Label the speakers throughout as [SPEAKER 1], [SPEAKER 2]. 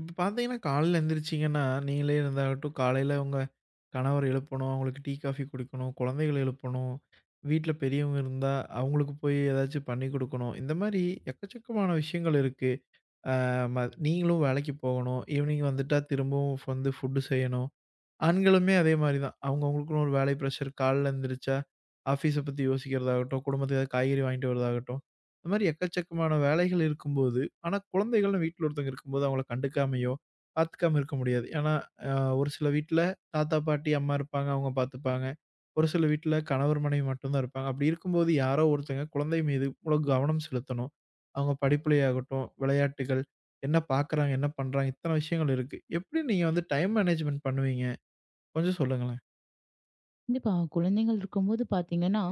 [SPEAKER 1] இப்ப பார்த்தீங்கன்னா, காலையில எந்திரிச்சீங்கன்னா, நீங்களே இருந்தாகட்டும், காலையில உங்க கணவர் எழுப்பணும், அவங்களுக்கு டீ, காஃபி குடுக்கணும், குழந்தைகள எழுப்பணும், வீட்ல பெரியவங்க இருந்தா அவங்களுக்கு போய் ஏதாச்சும் பண்ணி குடுக்கணும். இந்த மாரி எக்கச்சக்கமான விஷயங்கள் இருக்கு. ஆ ம நீங்களும் வேலைக்கு போகணும். ஈவினிங் வந்துட்டா திரும்பவும் வந்து ஃபுட் செய்யணும். ஆண்களுமே அதே மாரி தான். அவங்க அவங்களுக்குன்னு ஒரு வேலை பிரஷர். காலைல எந்திரிச்சா, ஆஃபீஸ பத்தி யோசிக்கிறதாகட்டும், குடும்பத்துக்கு ஏதாவது காய்கறி வாங்கிட்டு வரதாகட்டும். இந்த மாரி எக்கச்சக்கமான வேலைகள் இருக்கும்போது, ஆனா குழந்தைகள்னு வீட்ல ஒருத்தவங்க இருக்கும்போது அவங்கள கண்டுக்காமயோ, பார்த்துக்காம இருக்க முடியாது. ஏன்னா, அ ஒரு சில வீட்ல தாத்தா, பாட்டி, அம்மா இருப்பாங்க. அவங்க பார்த்துப்பாங்க. ஒரு சில வீட்ல கணவர், மனைவி மட்டும் தான் இருப்பாங்க. அப்படி இருக்கும்போது யாரோ ஒருத்தங்க குழந்தை மீது இவ்ளோ கவனம் செலுத்தணும். அவங்க படிப்புலயாகட்டும், விளையாட்டுகள், என்ன பார்க்குறாங்க, என்ன பண்றாங்க, இத்தன விஷயங்கள் இருக்கு. எப்படி நீங்க வந்து டைம் மேனேஜ்மென்ட் பண்ணுவீங்க? கொஞ்சம் சொல்லுங்களேன்.
[SPEAKER 2] கண்டிப்பா. குழந்தைகள் இருக்கும்போது பார்த்தீங்கன்னா,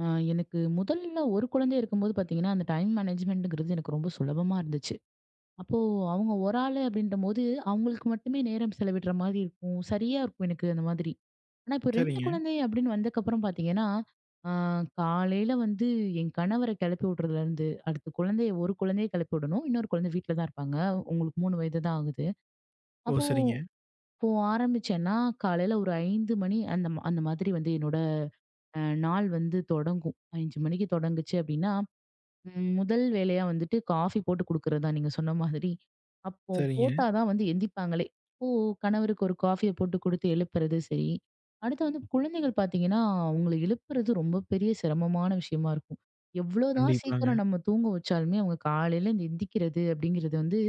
[SPEAKER 2] அ எனக்கு முதல்ல ஒரு குழந்தை இருக்கும்போது பார்த்தீங்கன்னா, அந்த டைம் மேனேஜ்மெண்ட்ங்கிறது எனக்கு ரொம்ப சுலபமா இருந்துச்சு. அப்போ அவங்க ஒரு ஆளு அப்படின்றபோது, அவங்களுக்கு மட்டுமே நேரம் செலவிடுற மாதிரி இருக்கும். சரியா இருக்கும் எனக்கு அந்த மாதிரி. ஆனா இப்போ 2
[SPEAKER 1] சரிங்க.
[SPEAKER 2] குழந்தை அப்படின்னு வந்தக்கப்புறம் பார்த்தீங்கன்னா, அ காலையில வந்து என் கணவர கிளப்பி விடுறதுலேருந்து, அடுத்து குழந்தைய ஒரு குழந்தைய கிளப்பி விடணும். இன்னொரு குழந்தை வீட்ல தான் இருப்பாங்க. உங்களுக்கு 3 வயது தான் ஆகுது.
[SPEAKER 1] ஓ!
[SPEAKER 2] அப்போ
[SPEAKER 1] சரிங்க,
[SPEAKER 2] இப்போ ஆரம்பிச்சேன்னா, காலையில ஒரு 5 மணி அந்த மாதிரி வந்து என்னோட நாள் வந்து தொடங்கும். 5 மணிக்கு தொடங்குச்சு அப்டின்னா, முதல் வேலையா வந்துட்டு காஃபி போட்டு குடுக்குறது தான் நீங்க சொன்ன மாதிரி. அப்போ
[SPEAKER 1] சரிங்க.
[SPEAKER 2] போட்டா தான் வந்து எந்திரிப்பாங்களே. அப்போ கணவருக்கு ஒரு காஃபிய போட்டு குடுத்து எழுப்புறது சரி. அடுத்து வந்து குழந்தைகள் பார்த்தீங்கன்னா, அவங்கள எழுப்புறது ரொம்ப பெரிய சிரமமான விஷயமா இருக்கும். எவ்ளோதான்
[SPEAKER 1] கண்டிப்பாங்க,
[SPEAKER 2] சீக்கிரம் நம்ம தூங்க வச்சாலுமே, அவங்க காலையில இந்த எந்திக்கிறது அப்படிங்கிறது வந்து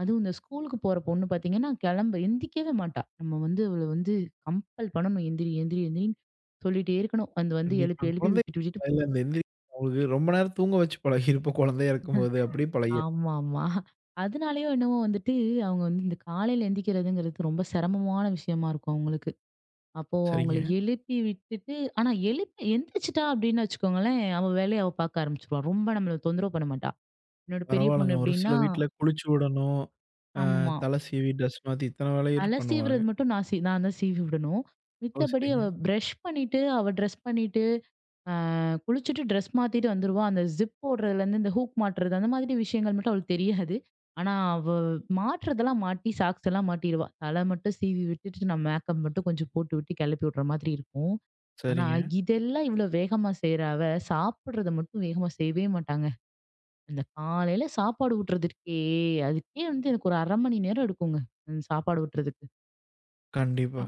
[SPEAKER 2] அதுவும் இந்த ஸ்கூலுக்கு போற பொண்ணு பாத்தீங்கன்னா, கிளம்ப எந்திரிக்கவே மாட்டா. நம்ம வந்து அவள வந்து கம்பல் பண்ணணும். எந்திரி, எந்திரி, எந்திரின்னு சொல்லிட்டே இருக்கணும். அது வந்து எழுப்பி
[SPEAKER 1] கண்டிப்பாங்க.
[SPEAKER 2] எழுப்பி
[SPEAKER 1] குழந்தை
[SPEAKER 2] விட்டுட்டு விட்டுட்டு.
[SPEAKER 1] காலையில அந்த எந்திரி அவங்களுக்கு ரொம்ப நேரம் தூங்க வச்சு பழகியிருப்போம் குழந்தையா இருக்கும்போது. அப்படியே பழகிரும்.
[SPEAKER 2] ஆமாமா. அதனாலயோ என்னவோ வந்துட்டு அவங்க வந்து இந்த காலையில எந்திரிக்கிறதுங்கிறது ரொம்ப சிரமமான விஷயமா இருக்கும் அவங்களுக்கு. அப்போ அவங்கள
[SPEAKER 1] சரிங்க.
[SPEAKER 2] எழுப்பி விட்டுட்டு ஆனா எழுப்பி எந்திரிச்சுட்டா அப்படின்னு வச்சுக்கோங்களேன், அவ வேலைய அவ பாக்க ஆரம்பிச்சுருவா. ரொம்ப நம்மள தொந்தரவு பண்ண மாட்டா. என்னோட பெரிய
[SPEAKER 1] பரவால்லங்க.
[SPEAKER 2] பொண்ணு
[SPEAKER 1] ஒரு சில
[SPEAKER 2] எப்படின்னா
[SPEAKER 1] வீட்ல குளிச்சு விடணும்,
[SPEAKER 2] ஆமா.
[SPEAKER 1] தலை சீவி, ட்ரெஸ் மாத்தி இத்தன
[SPEAKER 2] தல
[SPEAKER 1] வேலைகள் பண்ணுவாங்க.
[SPEAKER 2] சீவுறது மட்டும் நான் தான் சீவி விடணும்.
[SPEAKER 1] ஓ!
[SPEAKER 2] மித்தபடி
[SPEAKER 1] சரிங்க,
[SPEAKER 2] அவ பிரஷ் பண்ணிட்டு, அவ ட்ரெஸ் பண்ணிட்டு, அ குளிச்சுட்டு ட்ரெஸ் மாத்திட்டு வந்துருவா. அந்த ஜிப் போடுறதுலேருந்து, இந்த ஹூக் மாட்டுறது அந்த மாதிரி விஷயங்கள் மட்டும் அவளுக்கு தெரியாது. ஆனா அவ மாட்டுறதெல்லாம் மாட்டி, சாக்ஸ் எல்லாம் மாட்டிருவா. தல மட்டும் சீவி விட்டுட்டு, நான் மேக்கப் மட்டும் கொஞ்சம் போட்டு விட்டு கிளப்பி விடுற மாதிரி இருக்கும். ஆனா
[SPEAKER 1] சரிங்க.
[SPEAKER 2] இதெல்லாம் இவ்ளோ வேகமா செய்ற அவ, சாப்பிடுறத மட்டும் வேகமா செய்யவே மாட்டாங்க. அந்த காலையில சாப்பாடு ஊட்டுறதுக்கே, அதுக்கே வந்து எனக்கு ஒரு 1/2 மணி நேரம் எடுக்குங்க. சாப்பாடு ஊட்டுறதுக்கு. அ
[SPEAKER 1] கண்டிப்பா.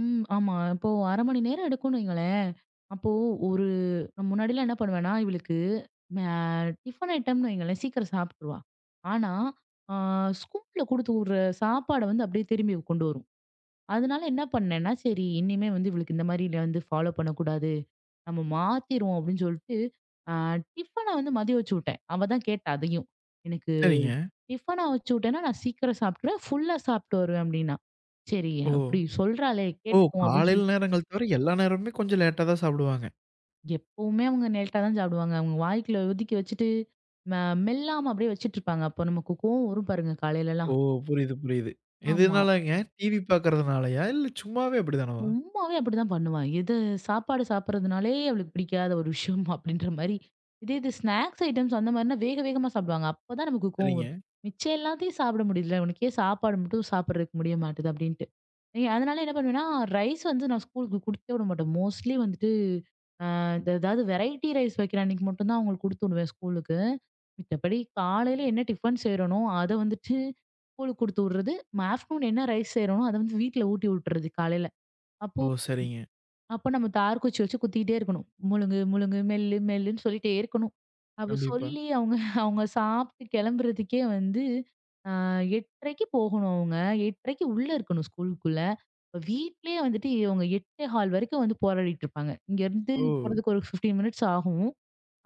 [SPEAKER 2] ம். ஆமா. இப்போ 1/2 மணி நேரம் எடுக்கும்னு வைங்களேன். அப்போ ஒரு முன்னாடிலாம் என்ன பண்ணுவேன்னா, இவளுக்கு ம டிஃபன் ஐட்டம்னு வைங்களேன், சீக்கிரம் சாப்பிட்டுருவா. ஆனா, ஆ ஸ்கூல்ல குடுத்து விடுற சாப்பாட வந்து அப்படியே திரும்பி கொண்டு வரும். அதனால என்ன பண்ணேன்னா, சரி இனிமே வந்து இவளுக்கு இந்த மாரி வந்து ஃபாலோ பண்ணக்கூடாது. நம்ம மாத்திருவோம் அப்படின்னு சொல்லிட்டு, அ டிஃபன வந்து மதியம் வச்சு விட்டேன். அவ தான் கேட்டா அதையும். எனக்கு
[SPEAKER 1] சரிங்க.
[SPEAKER 2] டிஃபனா வச்சு விட்டேன்னா, நான் சீக்கிரம் சாப்பிட்டுருவேன். ஃபுல்லா சாப்பிட்டு வருவேன் அப்படின்னா. சரி
[SPEAKER 1] ஓ!
[SPEAKER 2] அப்படி சொல்றாளே
[SPEAKER 1] ஓ!
[SPEAKER 2] கேட்டுக்குவோம் அப்படின்னு
[SPEAKER 1] காலையில
[SPEAKER 2] சொல்லிட்டு,
[SPEAKER 1] நேரங்கள் தவிர எல்லா நேரமுமே கொஞ்சம் லேட்டா தான் சாப்பிடுவாங்க.
[SPEAKER 2] எப்பவுமே அவங்க லேட்டா தான் சாப்பிடுவாங்க. அவங்க வாய்க்குள்ள ஒதுக்கி வச்சுட்டு, ம மெல்லாம அப்படியே வச்சுட்டு இருப்பாங்க. அப்போ நமக்கு கோவம் வரும் பாருங்க
[SPEAKER 1] ஓ!
[SPEAKER 2] காலையிலலாம்.
[SPEAKER 1] புரியுது, புரியுது.
[SPEAKER 2] ஆமா.
[SPEAKER 1] எதுனாலங்க? டிவி பார்க்கறதுனாலயா? இல்ல சும்மாவே அப்படிதானவா?
[SPEAKER 2] சும்மாவே அப்படிதான் பண்ணுவா. சாப்பாடு சாப்பிடுறதுனாலயே அவளுக்கு பிடிக்காத ஒரு விஷயம் அப்படின்ற மாரி. இதே இது ஸ்நாக்ஸ் ஐட்டம்ஸ் அந்த மாரினா வேக வேகமா சாப்பிடுவாங்க. அப்பதான் நமக்கு கோவம் வரும்.
[SPEAKER 1] சரிங்க.
[SPEAKER 2] மிச்சம் எல்லாத்தையும் சாப்பிட முடியல. உனக்கு ஏன் சாப்பாடு மட்டும் சாப்பிடுறதுக்கு முடிய மாட்டுது அப்படின்ட்டு. அதனால என்ன பண்ணுவேன்னா, ரைஸ் வந்து நான் ஸ்கூலுக்கு குடுத்தே விட மாட்டேன். மோஸ்ட்லி வந்துட்டு இந்த ஏதாவது வெரைட்டி ரைஸ் வைக்கிற அன்னைக்கு மட்டும் தான் அவங்களுக்கு குடுத்து விடுவேன் ஸ்கூலுக்கு. மித்தபடி காலையில என்ன டிஃபன் செய்றனோ, அத வந்துட்டு ஸ்கூலுக்கு குடுத்து விடுறது. ஆஃப்டர்நூன் என்ன ரைஸ் செய்றோனோ, அத வந்து வீட்ல ஊட்டி விட்டுறது காலையில. அப்போ
[SPEAKER 1] ஓ! சரிங்க.
[SPEAKER 2] அப்ப நம்ம தார்குச்சி வச்சு குத்திக்கிட்டே இருக்கணும். முழுங்கு, முழுங்கு, மெல்லு, மெல்லுன்னு சொல்லிட்டே இருக்கணும். அப்ப
[SPEAKER 1] கண்டிப்பா.
[SPEAKER 2] சொல்லி அவங்க அவங்க சாப்பிட்டு கிளம்புறதுக்கே வந்து ஆ 8:30க்கு போகணும் அவங்க. 8:30க்கு உள்ள இருக்கணும் ஸ்கூலுக்குள்ள. வீட்லயே வந்துட்டு இவங்க 8:15 வரைக்கும் வந்து போராடிட்டு இருப்பாங்க. இங்கருந்து
[SPEAKER 1] ஓ!
[SPEAKER 2] போறதுக்கு ஒரு 15 மினிட்ஸ் ஆகும்.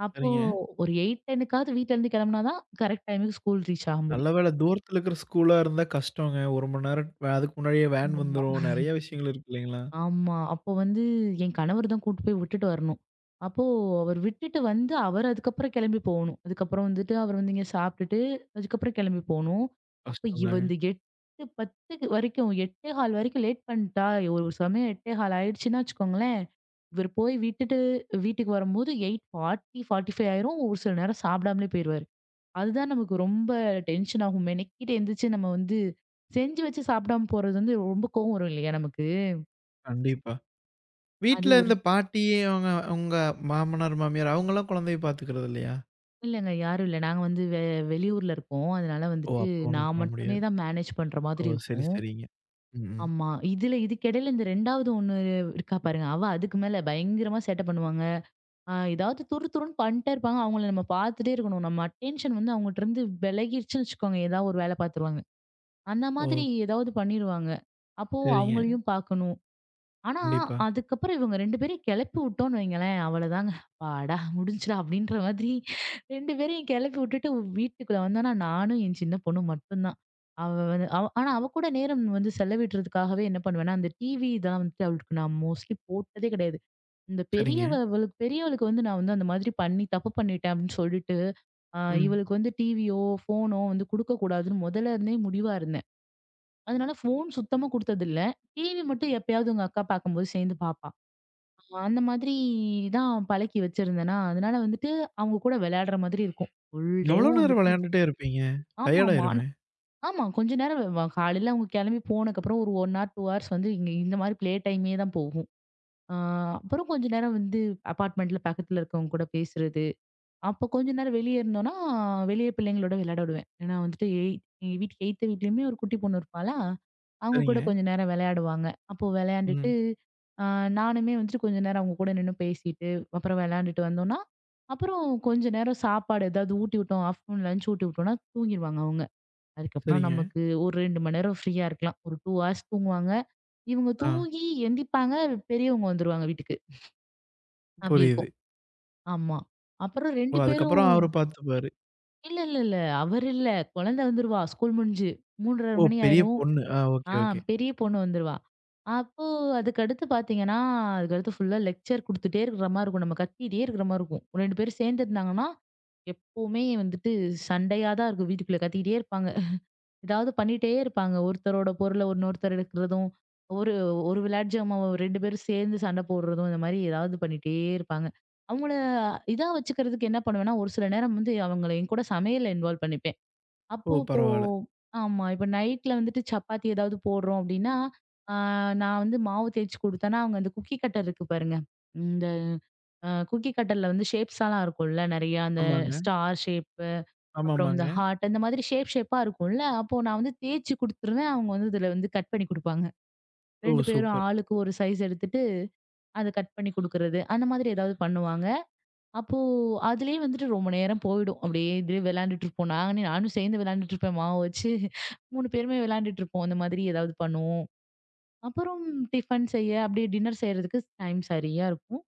[SPEAKER 2] அப்போ
[SPEAKER 1] சரிங்க.
[SPEAKER 2] ஒரு 8:10க்காவது வீட்ல இருந்து கிளம்புனா தான் கரெக்ட் டைமுக்கு ஸ்கூல் ரீச் ஆக
[SPEAKER 1] நல்ல
[SPEAKER 2] முடியும்.
[SPEAKER 1] வேள தூரத்துல இருக்கிற ஸ்கூலா இருந்தா கஷ்டங்க. 1 மணி நேரம் அதுக்கு முன்னாடியே வேன்
[SPEAKER 2] ஆமா.
[SPEAKER 1] வந்துரும். நெறைய விஷயங்கள் இருக்கு இல்லைங்களா?
[SPEAKER 2] ஆமா. அப்போ வந்து என் கணவர் தான் கூட்டு போய் விட்டுட்டு வரணும். அப்போ அவர் விட்டுட்டு வந்து, அவர் அதுக்கப்புறம் கிளம்பி போகணும். அதுக்கப்புறம் வந்துட்டு அவர் வந்து இங்க சாப்பிட்டுட்டு, அதுக்கப்புறம் கிளம்பி போணும். அப்ப
[SPEAKER 1] கஷ்டம்
[SPEAKER 2] இவ
[SPEAKER 1] தாங்க.
[SPEAKER 2] இந்த 8:10 வரைக்கும் 8:15 வரைக்கும் லேட் பண்ணிட்டா, ஒரு சமயம் 8:15 ஆயிடுச்சுன்னா வச்சுக்கோங்களேன், இவர் போய் விட்டுட்டு வீட்டுக்கு வரும்போது 8:40 45 ஆயிரும். ஒரு சில நேரம் சாப்பிடாமலே போயிருவாரு. அதுதான் நமக்கு ரொம்ப டென்ஷன் ஆகும். மெனக்கிட்டு எந்திரிச்சு நம்ம வந்து செஞ்சு வச்சு சாப்பிடாம போறது வந்து ரொம்ப கோவம் வரும் இல்லையா நமக்கு?
[SPEAKER 1] கண்டிப்பா.
[SPEAKER 2] அது
[SPEAKER 1] வீட்ல
[SPEAKER 2] ஒரு
[SPEAKER 1] இந்த பாட்டி அவங்க உங்க மாமனார், மாமியார் அவங்கலாம் குழந்தைய பாத்துக்கிறது இல்லையா?
[SPEAKER 2] இல்லங்க. யாரும் இல்ல. நாங்க வந்து வெளியூர்ல இருக்கோம். அதனால
[SPEAKER 1] ஓ!
[SPEAKER 2] வந்துட்டு
[SPEAKER 1] அப்ப ஒண்ணும்
[SPEAKER 2] நான்
[SPEAKER 1] பண்ண
[SPEAKER 2] மட்டுமே
[SPEAKER 1] முடியாது.
[SPEAKER 2] தான் மேனேஜ் பண்ற
[SPEAKER 1] ஓ!
[SPEAKER 2] மாதிரி
[SPEAKER 1] சரி,
[SPEAKER 2] இருக்கும்.
[SPEAKER 1] சரிங்க. ம், ம்.
[SPEAKER 2] ஆமா. இதுல இதுக்கிடையில இந்த 2வது ஒண்ணு இருக்கா பாருங்க. அவ அதுக்கு மேல பயங்கரமா சேட்ட பண்ணுவாங்க. ஏதாவது துரு துருன்னு பண்ணிட்டே இருப்பாங்க. அவங்கள நம்ம பார்த்துட்டே இருக்கணும். நம்ம அட்டென்ஷன் வந்து அவங்கட்டருந்து விலகிருச்சுன்னு வச்சுக்கோங்க. ஏதாவது ஒரு வேல பார்த்துருவாங்க. அந்த
[SPEAKER 1] ஓ!
[SPEAKER 2] மாதிரி ஏதாவது பண்ணிருவாங்க. அப்போ
[SPEAKER 1] சரிங்க.
[SPEAKER 2] அவங்களையும் பார்க்கணும். ஆனா,
[SPEAKER 1] கண்டிப்பா.
[SPEAKER 2] அதுக்கப்புறம் இவங்க 2 பேரையும் கெளப்பி விட்டோம்னு வைங்களேன், அவ்வளதாங்க. அப்பாடா! முடிஞ்சுடா! அப்படின்ற மாதிரி 2 பேரையும் கெளப்பி விட்டுட்டு வீட்டுக்குள்ள வந்தோம்னா, நானும் என் சின்ன பொண்ணும் மட்டும் தான். அவ வந்து அவ ஆனா அவ கூட நேரம் வந்து செலவிடுறதுக்காகவே என்ன பண்ணுவேன்னா, அந்த டிவி இதெல்லாம் வந்துட்டு அவளுக்கு நான் மோஸ்ட்லி போட்டதே கிடையாது. இந்த
[SPEAKER 1] சரிங்க.
[SPEAKER 2] பெரியவ பெரியவளுக்கு வந்து நான் வந்து அந்த மாதிரி பண்ணி தப்பு பண்ணிட்டேன் அப்படின்னு சொல்லிட்டு, அ
[SPEAKER 1] ம்.
[SPEAKER 2] இவளுக்கு வந்து டிவியோ, ஃபோனோ வந்து குடுக்கக்கூடாதுன்னு முதல்ல இருந்தே முடிவா இருந்தேன். அதனால ஃபோன் சுத்தமா குடுத்ததில்ல. டிவி மட்டும் எப்பயாவது உங்க அக்கா பார்க்கும்போது சேர்ந்து பார்ப்பா. அந்த மாதிரி தான் பழக்கி வச்சிருந்தேனா, அதனால வந்துட்டு அவங்க கூட விளையாடுற மாதிரி இருக்கும். ஃபுல்
[SPEAKER 1] எவ்வளோ
[SPEAKER 2] டேவும்
[SPEAKER 1] நேரம்
[SPEAKER 2] வந்துட்டு
[SPEAKER 1] விளையாண்டுட்டே இருப்பீங்க? டயர்ட்
[SPEAKER 2] ஆமாமா. ஆனா
[SPEAKER 1] ஆயிருமே!
[SPEAKER 2] ஆமா கொஞ்ச நேரம் வெ- வ காலையில அவங்க கிளம்பி போனதுக்கப்புறம் ஒரு 1 ஹார் 2 ஹார்ஸ் வந்து இங்க இந்த மாதிரி ப்ளே டைமே தான் போகும். ஆ அப்புறம் கொஞ்ச நேரம் வந்து அபார்ட்மெண்ட்ல பக்கத்துல இருக்கவங்க கூட பேசுறது. அப்போ கொஞ்ச நேரம் வெளிய இருந்தோம்னா, வெளிய பிள்ளைங்களோட விளையாட விடுவேன். ஏன்னா வந்துட்டு எங்க வீட்டுக்கு எய்த்த வீட்லயுமே ஒரு குட்டி பொண்ணு இருப்பாளா, அவங்க கூட
[SPEAKER 1] சரிங்க.
[SPEAKER 2] கொஞ்ச நேரம் விளையாடுவாங்க. அப்போ விளையாண்டுட்டு,
[SPEAKER 1] ம்.
[SPEAKER 2] அ நானுமே வந்துட்டு கொஞ்ச நேரம் அவங்க கூட நின்னு பேசிட்டு, அப்புறம் விளையாண்டுட்டு வந்தோம்னா, அப்புறம் கொஞ்ச நேரம் சாப்பாடு ஏதாவது ஊட்டி விட்டோம், ஆஃப்டர்நூன் லஞ்ச் ஊட்டி விட்டோம்னா தூங்கிருவாங்க அவங்க. அதுக்கப்புறம்
[SPEAKER 1] சரிங்க.
[SPEAKER 2] நமக்கு ஒரு 2 மணி நேரம் ஃப்ரீயா இருக்கலாம். ஒரு 2 ஹார்ஸ் தூங்குவாங்க. இவங்க
[SPEAKER 1] ஆ.
[SPEAKER 2] தூங்கி எந்திப்பாங்க, பெரியவங்க வந்துருவாங்க வீட்டுக்கு. அப்படி
[SPEAKER 1] புரியுது.
[SPEAKER 2] இருக்கும். ஆமா. அப்புறம்
[SPEAKER 1] ஓ!
[SPEAKER 2] 2 பேரும்
[SPEAKER 1] அதுக்கப்புறம் அவரு பாத்துப்பாரு.
[SPEAKER 2] இல்ல, இல்ல, இல்ல. அவரு இல்ல. குழந்தை வந்துருவா. ஸ்கூல் முடிஞ்சு. 3:30
[SPEAKER 1] ஓ!
[SPEAKER 2] மணி
[SPEAKER 1] பெரிய
[SPEAKER 2] ஆயிரும்.
[SPEAKER 1] பொண்ணு. ஓகே,
[SPEAKER 2] ஆ
[SPEAKER 1] ஓகே.
[SPEAKER 2] பெரிய பொண்ணு வந்துருவா. அப்போ அதுக்கடுத்து பார்த்தீங்கன்னா, அதுக்கடுத்து ஃபுல்லா லெக்சர் குடுத்துட்டே இருக்கிற மாரி இருக்கும். நம்ம கத்திட்டே இருக்கிற மாரி இருக்கும். 2 பேரும் சேர்ந்துருந்தாங்கன்னா, எப்பவுமே வந்துட்டு சண்டையா தான் இருக்கும். வீட்டுக்குள்ள கத்திக்கிட்டே இருப்பாங்க. ஏதாவது பண்ணிட்டே இருப்பாங்க. ஒருத்தரோட பொருள இன்னொருத்தர் எடுக்கிறதும், ஒரு ஒரு விளையாட்டு ஜாமாவ 2 பேரும் சேர்ந்து சண்டை போடுறதும், இந்த மாரி ஏதாவது பண்ணிட்டே இருப்பாங்க. அவங்கள இதா வச்சுக்கிறதுக்கு என்ன பண்ணுவேன்னா, ஒரு சில நேரம் வந்து அவங்கள என்கூட சமையல்ல இன்வால்வ் பண்ணிப்பேன்.
[SPEAKER 1] ஓ!
[SPEAKER 2] அப்போ இப்போ
[SPEAKER 1] பரவால்ல.
[SPEAKER 2] ஆமா. இப்ப நைட்ல வந்துட்டு சப்பாத்தி ஏதாவது போடுறோம் அப்டின்னா, ஆ நான் வந்து மாவு தேய்ச்சு குடுத்தேன்னா, அவங்க அந்த குக்கி கட்டர் இருக்கு பாருங்க. இந்த அ குக்கி கட்டர்ல வந்து ஷேப்ஸாலாம் இருக்கும்ல நெறையா. அந்த
[SPEAKER 1] ஆமாங்க.
[SPEAKER 2] ஸ்டார் ஷேப்பு, அப்புறம்
[SPEAKER 1] ஆமாமாங்க.
[SPEAKER 2] இந்த ஹார்ட் அந்த மாதிரி ஷேப்பா இருக்கும்ல. அப்போ நான் வந்து தேய்ச்சு குடுத்துருவேன். அவங்க வந்து இதுல வந்து கட் பண்ணி குடுப்பாங்க.
[SPEAKER 1] ஓ!
[SPEAKER 2] 2 பேரும்
[SPEAKER 1] சூப்பர்.
[SPEAKER 2] ஆளுக்கு ஒரு சைஸ் எடுத்துட்டு, அத கட் பண்ணி குடுக்குறது. அந்த மாதிரி ஏதாவது பண்ணுவாங்க. அப்போ அதிலேயே வந்துட்டு ரொம்ப நேரம் போயிடும். அப்படியே இதுலயே விளையாண்டுட்டு இருப்போம். நானும் சேர்ந்து விளையாண்டுட்டு இருப்பேன் மாவு வச்சு. 3 பேருமே விளையாண்டுட்டு இருப்போம். அந்த மாதிரி ஏதாவது பண்ணுவோம். அப்புறம் டிஃபன் செய்ய, அப்படியே டின்னர் செய்றதுக்கு டைம் சரியா இருக்கும்.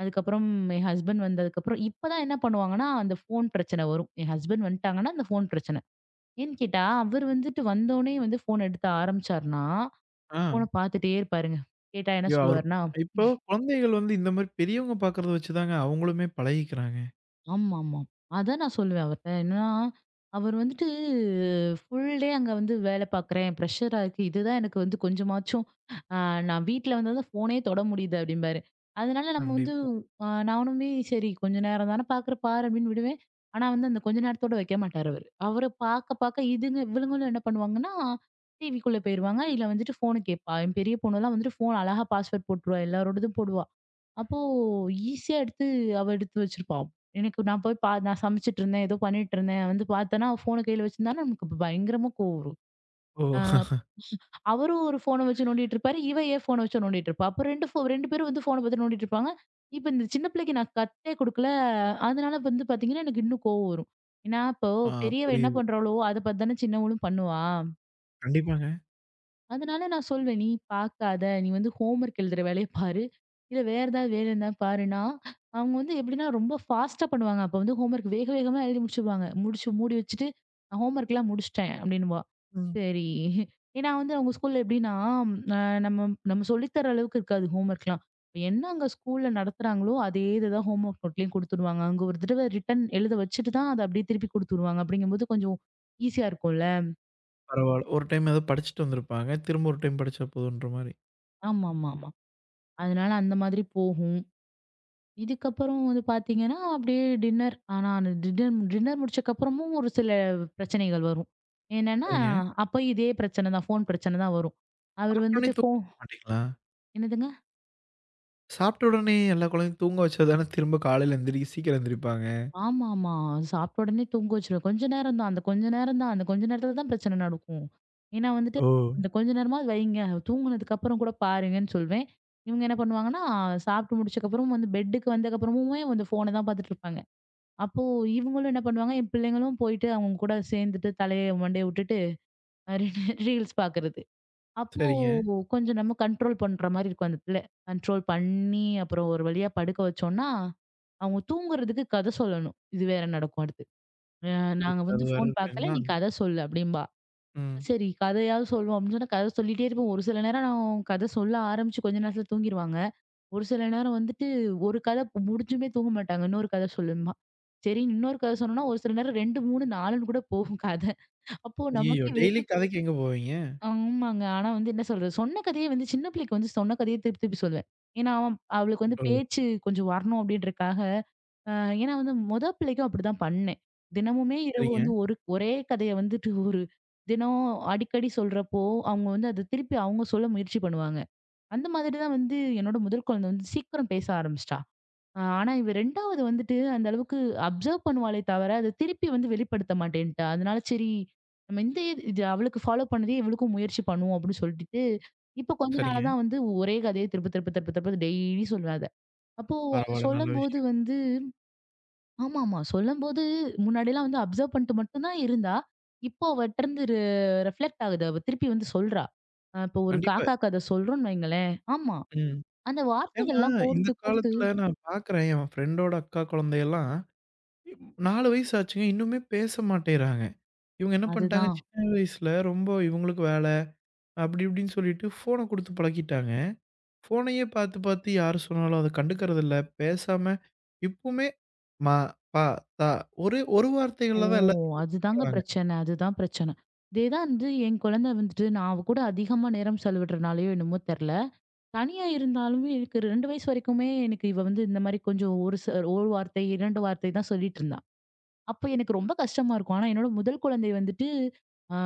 [SPEAKER 2] அதுக்கப்புறம் என் ஹஸ்பண்ட் வந்ததுக்கப்புறம் இப்பதான் என்ன பண்ணுவாங்கன்னா, அந்த ஃபோன் பிரச்சனை வரும். என் ஹஸ்பண்ட் வந்துட்டாங்கன்னா, அந்த ஃபோன் பிரச்சனை. ஏன்னு கேட்டா, அவர் வந்துட்டு வந்தோனே வந்து ஃபோன் எடுத்து ஆரம்பிச்சாருன்னா,
[SPEAKER 1] ஆ.
[SPEAKER 2] ஃபோன பார்த்துட்டே இருப்பாருங்க. கேட்டா என்ன
[SPEAKER 1] ஐயோ! அவரு
[SPEAKER 2] சொல்லுவாருன்னா
[SPEAKER 1] இப்போ குழந்தைகள் வந்து இந்த மாரி பெரியவங்க பார்க்கறத வச்சு தாங்க அவங்களுமே பழகிக்கிறாங்க.
[SPEAKER 2] ஆமாமா. அதான் நான் சொல்லுவேன் அவர்ட்ட. என்னன்னா, அவர் வந்துட்டு ஃபுல் டே அங்க வந்து வேலை பார்க்குறேன். ப்ரெஷரா இருக்கு. இதுதான் எனக்கு வந்து கொஞ்சமாச்சும் அ நான் வீட்ல வந்தா தான் ஃபோனே தொட முடியுது அப்டிம்பாரு. அதனால நம்ம வந்து
[SPEAKER 1] கண்டிப்பா.
[SPEAKER 2] நானுமே சரி கொஞ்ச நேரம் தானே பார்க்குற பாரு அப்டின்னு விடுவேன். ஆனா வந்து அந்த கொஞ்ச நேரத்தோட வைக்க மாட்டாரு அவரு. அவரு பார்க்க பார்க்க இதுங்க இவளுங்களும் என்ன பண்ணுவாங்கன்னா, டிவிக்குள்ள போயிருவாங்க. இல்ல வந்துட்டு ஃபோன கேட்பா. என் பெரிய பொண்ணுலாம் வந்துட்டு ஃபோன் அழகா பாஸ்வேர்ட் போட்டுருவா. எல்லாரோடதும் போடுவா. அப்போ ஈஸியா எடுத்து அவ எடுத்து வச்சிருப்பா. எனக்கு நான் போய் பா நான் சமைச்சுட்டு இருந்தேன். ஏதோ பண்ணிட்டு இருந்தேன். வந்து பார்த்தேன்னா, அவ ஃபோன கையில வச்சிருந்தான்னா, நமக்கு பயங்கரமா கோவம் வரும்.
[SPEAKER 1] ஓ!
[SPEAKER 2] ஆ அவரும் ஒரு ஃபோன வச்சு நோண்டிட்டு இருப்பாரு. இவ ஏன் ஃபோன வச்சு நோண்டிட்டு இருப்பா. அப்போ 2 பேரும் வந்து ஃபோன பார்த்து நோண்டிட்டு இருப்பாங்க. இப்ப இந்த சின்ன பிள்ளைக்கு நான் கத்தே குடுக்கல. அதனால வந்து பார்த்தீங்கன்னா, எனக்கு இன்னும் கோவம் வரும். ஏன்னா, இப்போ
[SPEAKER 1] ஆ
[SPEAKER 2] பெரியவ என்ன
[SPEAKER 1] புரியுது.
[SPEAKER 2] பண்றாளோ, அத பார்த்து தானே சின்னவளும் பண்ணுவா.
[SPEAKER 1] கண்டிப்பாங்க.
[SPEAKER 2] அதனால நான் சொல்வேன், "நீ பாக்காத. நீ வந்து ஹோம் ஒர்க் எழுதுற வேலைய பாரு. இல்ல வேற ஏதாவது வேலை இருந்தா பாருன்னா" அவங்க வந்து எப்படின்னா ரொம்ப ஃபாஸ்ட்டா பண்ணுவாங்க. அப்ப வந்து ஹோம் ஒர்க் வேக வேகமா எழுதி முடிச்சுருவாங்க. முடிச்சு மூடி வச்சுட்டு, "நான் ஹோம் ஒர்க்லாம் முடிச்சுட்டேன்" அப்படின்னுவா.
[SPEAKER 1] ம்.
[SPEAKER 2] சரி. ஏன்னா வந்து அவங்க ஸ்கூல்ல எப்படின்னா, அ நம்ம நம்ம சொல்லி தர அளவுக்கு இருக்காது ஹோம் ஒர்க்லாம். என்ன அங்க ஸ்கூல்ல நடத்துறாங்களோ, அதே இதுதான் ஹோம் ஒர்க் நோட்லயும் குடுத்துருவாங்க. அங்க ஒரு தடவ ரிட்டர்ன் எழுத வச்சுட்டு தான் அத அப்படியே திருப்பி குடுத்துருவாங்க. அப்படிங்கும்போது கொஞ்சம் ஈஸியா இருக்கும்ல.
[SPEAKER 1] பரவால்ல. ஒரு டைம் ஏதோ படிச்சுட்டு வந்திருப்பாங்க. திரும்ப ஒரு டைம் படிச்சா போதுன்ற மாரி.
[SPEAKER 2] ஆமாமாமா. அதனால அந்த மாதிரி போகும். இதுக்கப்புறம் வந்து பார்த்தீங்கன்னா, அப்படியே டின்னர் டின்னர் முடிச்சக்கப்புறமும் ஒரு சில பிரச்சனைகள் வரும். என்னன்னா,
[SPEAKER 1] சரிங்க.
[SPEAKER 2] அப்பயும் இதே பிரச்சனை தான். ஃபோன் பிரச்சனை தான் வரும். அவரு
[SPEAKER 1] சாப்பிட்ட உடனே
[SPEAKER 2] வந்துட்டு
[SPEAKER 1] தூங்க வைக்க மாட்டீங்களா?
[SPEAKER 2] என்னதுங்க?
[SPEAKER 1] சாப்பிட்ட உடனே எல்லா குழந்தையும் தூங்க வச்சா தானே திரும்ப காலையில எந்திரி சீக்கிரம் எந்திரிப்பாங்க.
[SPEAKER 2] ஆமாமா. சாப்பிட்ட உடனே தூங்க வச்சுருவேன். கொஞ்ச நேரம் தான். அந்த கொஞ்ச நேரம் தான். அந்த கொஞ்ச நேரத்தில தான் பிரச்சனை நடக்கும். ஏன்னா வந்துட்டு,
[SPEAKER 1] ஓ!
[SPEAKER 2] "இந்த கொஞ்ச நேரமாவது வைங்க. தூங்குனதுக்கப்புறம் கூட பாருங்கன்னு" சொல்வேன். இவங்க என்ன பண்ணுவாங்கன்னா, சாப்பிட்டு முடிச்சக்கப்புறம் வந்து பெட்டுக்கு வந்தக்கப்புறமுமே வந்து ஃபோன தான் பார்த்துட்டு இருப்பாங்க. அப்போ இவங்களும் என்ன பண்ணுவாங்க, என் பிள்ளைங்களும் போயிட்டு அவங்க கூட சேர்ந்துட்டு தலைய மண்டைய விட்டுட்டு ரீல்ஸ் பார்க்கறது. அப்போ
[SPEAKER 1] சரிங்க.
[SPEAKER 2] கொஞ்சம் நம்ம கண்ட்ரோல் பண்ற மாரி இருக்கும் அந்த பிள்ளை. கண்ட்ரோல் பண்ணி அப்புறம் ஒரு வழியா படுக்க வச்சோம்னா, அவங்க தூங்குறதுக்கு கதை சொல்லணும். இது வேற நடக்கும் அடுத்து. அ நாங்க
[SPEAKER 1] அடுத்து
[SPEAKER 2] வந்து
[SPEAKER 1] அது வேற
[SPEAKER 2] ஃபோன் பார்க்கல
[SPEAKER 1] இருக்குங்களா?
[SPEAKER 2] நீ கதை சொல்லு அப்படிம்பா.
[SPEAKER 1] ம்.
[SPEAKER 2] சரி கதையாவது சொல்வோம் அப்படின்னு சொன்னா கதை சொல்லிட்டே இருப்போம். ஒரு சில நேரம் நான் கதை சொல்ல ஆரம்பிச்சு கொஞ்ச நேரத்துல தூங்கிருவாங்க. ஒரு சில நேரம் வந்துட்டு ஒரு கதை முடிஞ்சுமே தூங்க மாட்டாங்க. இன்னொரு கதை சொல்லும்பா. சரி இன்னொரு கதை சொன்னோம்னா, ஒரு சில நேரம் 2, 3, 4ன்னு கூட போகும் கதை. அப்போ
[SPEAKER 1] ஐய்யயோ!
[SPEAKER 2] நமக்கே
[SPEAKER 1] டெய்லி கதைக்கு எங்க போவீங்க?
[SPEAKER 2] ஆமாங்க. ஆனா வந்து என்ன சொல்றது? சொன்ன கதையே வந்து சின்ன பிள்ளைக்கு வந்து சொன்ன கதையே திருப்பி திருப்பி சொல்லுவேன். ஏன்னா, அவன் அவளுக்கு வந்து
[SPEAKER 1] ஓ!
[SPEAKER 2] பேச்சு கொஞ்சம் வரணும் அப்படின்றதுக்காக, அ ஏன்னா வந்து மொத பிள்ளைக்கும் அப்படிதான் பண்ணேன். தினமுமே இரவு
[SPEAKER 1] சரிங்க,
[SPEAKER 2] வந்து ஒரு ஒரே கதைய வந்துட்டு ஒரு தினம் அடிக்கடி சொல்றப்போ, அவங்க வந்து அத திருப்பி அவங்க சொல்ல முயற்சி பண்ணுவாங்க. அந்த மாதிரி தான் வந்து என்னோட முதல் குழந்தை வந்து சீக்கிரம் பேச ஆரம்பிச்சுட்டா. ஆனா, இவ 2வது வந்துட்டு அந்த அளவுக்கு அப்சர்வ் பண்ணுவாளே தவிர, அத திருப்பி வந்து வெளிப்படுத்த மாட்டேன்ட்டா. அதனால சரி, நம்ம இந்த இது இது அவளுக்கு ஃபாலோ பண்ணதே இவளுக்கும் முயற்சி பண்ணுவோம் அப்படின்னு சொல்லிட்டு, இப்ப கொஞ்ச நாளா
[SPEAKER 1] சரிங்க.
[SPEAKER 2] தான் வந்து ஒரே கதைய திரும்ப, திரும்ப, திரும்ப, திரும்ப டெய்லி சொல்லுவேன் அத. அப்போ அத
[SPEAKER 1] பரவால்ல நல்ல
[SPEAKER 2] சொல்லும்போது
[SPEAKER 1] விஷயம்.
[SPEAKER 2] வந்து ஆமாமா. சொல்லும்போது முன்னாடிலாம் வந்து அப்சர்வ் பண்ணிட்டு மட்டும் தான் இருந்தா, இப்போ அவட்டருந்து ரிஃப்ளெக்ட் ஆகுது. அவ திருப்பி வந்து சொல்றா. இப்போ ஒரு
[SPEAKER 1] கண்டிப்பா.
[SPEAKER 2] காக்கா கதை சொல்றோம்னு வைங்களேன். ஆமா.
[SPEAKER 1] ம்.
[SPEAKER 2] அந்த
[SPEAKER 1] ஏன்னா,
[SPEAKER 2] வார்த்தைகள்லாம்
[SPEAKER 1] இந்த
[SPEAKER 2] கோர்த்து, கோர்த்து
[SPEAKER 1] காலத்துல நான் பாக்குறேன், என் ஃப்ரெண்டோட அக்கா குழந்தையெல்லாம், 4 வயசு ஆச்சுங்க. இன்னுமே பேச மாட்டேங்கிறாங்க. இவங்க என்ன பண்ணிட்டாங்க,
[SPEAKER 2] அதுதான்.
[SPEAKER 1] சின்ன வயசுல ரொம்ப இவங்களுக்கு வேல, அப்படி இப்படின்னு சொல்லிட்டு ஃபோன குடுத்து பழக்கிட்டாங்க. ஃபோனையே பாத்து பாத்து யாரு சொன்னாலும் அத கண்டுக்கறதில்ல. பேசாம இப்பவுமே மா, பா, தா ஒரே ஒரு
[SPEAKER 2] ஓ!
[SPEAKER 1] வார்த்தைகள்ல தான் எல்லாத்தையுமே
[SPEAKER 2] அதுதாங்க
[SPEAKER 1] கூப்பிடுறாங்க.
[SPEAKER 2] பிரச்சனை. அதுதான் பிரச்சனை. இதே தான் வந்து என் குழந்தை வந்துட்டு நான் அவ கூட அதிகமா நேரம் செலவிடுறனாலயோ என்னமோ தெர்ல. தனியா இருந்தாலுமே எனக்கு 2 வயசு வரைக்குமே எனக்கு இவ வந்து இந்த மாரி கொஞ்சம் ஒரு வார்த்தை, 2 வார்த்தை தான் சொல்லிட்டு இருந்தா. அப்ப எனக்கு ரொம்ப கஷ்டமா இருக்கும். ஆனா என்னோட முதல் குழந்தை வந்துட்டு, ஆ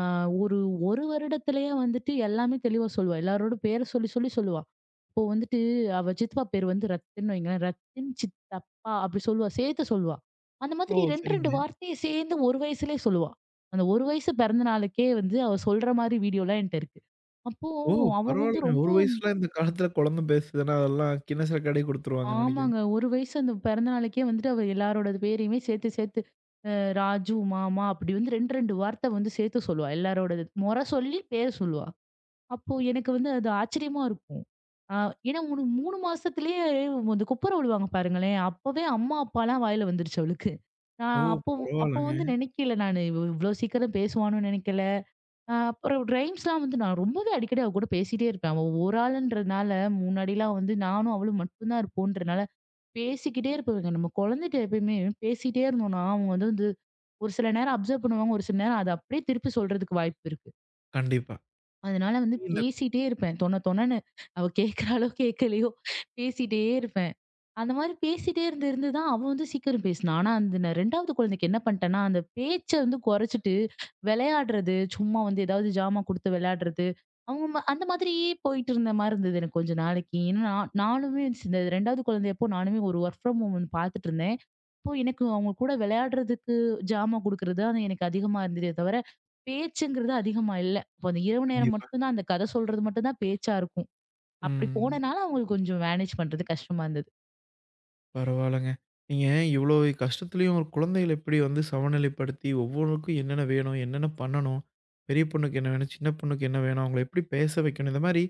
[SPEAKER 2] ஒரு 1 வருடத்திலேயே வந்துட்டு எல்லாமே தெளிவா சொல்லுவா. எல்லாரோட பேர சொல்லி சொல்லி சொல்லுவா. அப்போ வந்துட்டு அவ சித்தப்பா பேர் வந்து ரத்தின்னு வைங்களேன். ரத்தின் சித்தப்பா அப்படி சொல்லுவா. சேர்த்து சொல்லுவா. அந்த
[SPEAKER 1] ஓ!
[SPEAKER 2] மாதிரி 2, 2
[SPEAKER 1] சரிங்க.
[SPEAKER 2] வார்த்தைய சேர்ந்து ஒரு வயசுலயே சொல்லுவா. அந்த ஒரு வயசு பிறந்த நாளுக்கே வந்து அவ சொல்ற மாரி வீடியோலாம் என்ட்ட இருக்கு. அப்போ
[SPEAKER 1] ஓ!
[SPEAKER 2] அவ வந்து
[SPEAKER 1] பரவாயில்லங்க.
[SPEAKER 2] ரொம்ப
[SPEAKER 1] ஒரு வயசுல இந்த காலத்துல குழந்தை பேசுதுன்னா, அதெல்லாம் கின்னஸ்ல கடைய குடுத்துருவாங்கன்னு நெனைக்கிறேன்.
[SPEAKER 2] ஆமாங்க. ஒரு வயசு அந்த பிறந்த நாளுக்கே வந்துட்டு அவ எல்லாரோட பேரையுமே சேர்த்து சேர்த்து அ ராஜு, மாமா அப்படி வந்து 2, 2 வார்த்தை வந்து சேர்த்து சொல்லுவா. எல்லாரோடது மொற சொல்லி பேர் சொல்லுவா. அப்போ எனக்கு வந்து அது ஆச்சரியமா இருக்கும். ஆ ஏன்னா ஒரு 3 மாசத்துலயே அந்த குப்புற விழுவாங்க பாருங்களேன்! அப்பவே அம்மா, அப்பாலாம் வாயில வந்துருச்சு அவளுக்கு.
[SPEAKER 1] ஓ!
[SPEAKER 2] நான் அப்போ அப்போ
[SPEAKER 1] பரவாயில்லங்க.
[SPEAKER 2] வந்து நினைக்கல நானு. இவ இவ்ளோ சீக்கிரம் பேசுவான்னு நினைக்கல. அப்புறம் ரைம்ஸ்லாம் வந்து நான் ரொம்பவே அடிக்கடி அவ கூட பேசிட்டே இருப்பேன். அவ ஒரு ஆளுன்றனால முன்னாடிலாம் வந்து நானும் அவளும் மட்டும் தான் இருப்போம்ன்றனால பேசிக்கிட்டே இருப்பேங்க. நம்ம குழந்தைட்ட எப்பயுமே பேசிட்டே இருந்தோம்னா, அவங்க வந்து வந்து ஒரு சில நேரம் அப்சர்வ் பண்ணுவாங்க. ஒரு சில நேரம் அத அப்படியே திருப்பி சொல்றதுக்கு வாய்ப்பு இருக்கு.
[SPEAKER 1] கண்டிப்பா.
[SPEAKER 2] அதனால வந்து பேசிட்டே இருப்பேன். தொண தொணன்னு. அவ கேட்கிற கேட்கலையோ பேசிட்டே இருப்பேன். அந்த மாரி பேசிட்டே இருந்து இருந்து தான் அவன் வந்து சீக்கிரம் பேசினான். ஆனா, அந்த நான் 2வது குழந்தைக்கு என்ன பண்ணிட்டேன்னா, அந்த பேச்ச வந்து குறைச்சிட்டு விளையாடுறது, சும்மா வந்து ஏதாவது ஜாமான் குடுத்து விளையாடுறது, அவங்க அந்த மாதிரியே போயிட்டு இருந்த மாரி இருந்தது எனக்கு கொஞ்ச நாளைக்கு. ஏன்னா, நானுமே இந்த 2வது குழந்தையப்போ நானுமே ஒரு வொர்க் ஃப்ரம் ஹோம் ஒண்ணு பார்த்துட்டு இருந்தேன். அப்போ எனக்கு அவங்க கூட விளையாடுறதுக்கு ஜாமான் குடுக்குறது தான் எனக்கு அதிகமா இருந்ததே தவிர, பேச்சுங்கிறது அதிகமா இல்ல. அப்போ அந்த இரவு நேரம்
[SPEAKER 1] கண்டிப்பா.
[SPEAKER 2] மட்டும் தான் அந்த கதை சொல்றது மட்டும் தான் பேச்சா இருக்கும். அப்படி
[SPEAKER 1] ம்.
[SPEAKER 2] போனனால அவங்களுக்கு கொஞ்சம் மேனேஜ் பண்றது கஷ்டமா இருந்தது.
[SPEAKER 1] பரவால்லங்க. நீங்க இவ்வளோ கஷ்டத்துலயும் ஒரு குழந்தைகள எப்படி வந்து சமநிலைப்படுத்தி, ஒவ்வொன்னுக்கும் என்னென்ன வேணும்? என்னென்ன பண்ணணும்? பெரிய பொண்ணுக்கு என்ன வேணும்? சின்ன பொண்ணுக்கு என்ன வேணும்? அவங்கள எப்படி பேச வைக்கணும்? இந்த மாரி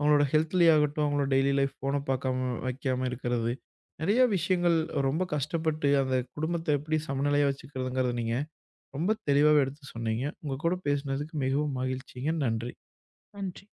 [SPEAKER 1] அவங்களோட ஹெல்த்லயே ஆகட்டும், அவங்களோட டெய்லி லைஃப் ஃபோன பார்க்காம வைக்காம இருக்கிறது. நெறைய விஷயங்கள் ரொம்ப கஷ்டப்பட்டு அந்த குடும்பத்த எப்படி சமநிலையா வச்சுக்கிறதுங்கிறத நீங்க ரொம்ப தெளிவாவே எடுத்து சொன்னீங்க. உங்க கூட பேசினதுக்கு மிகவும் மகிழ்ச்சிங்க. நன்றி.
[SPEAKER 2] நன்றி.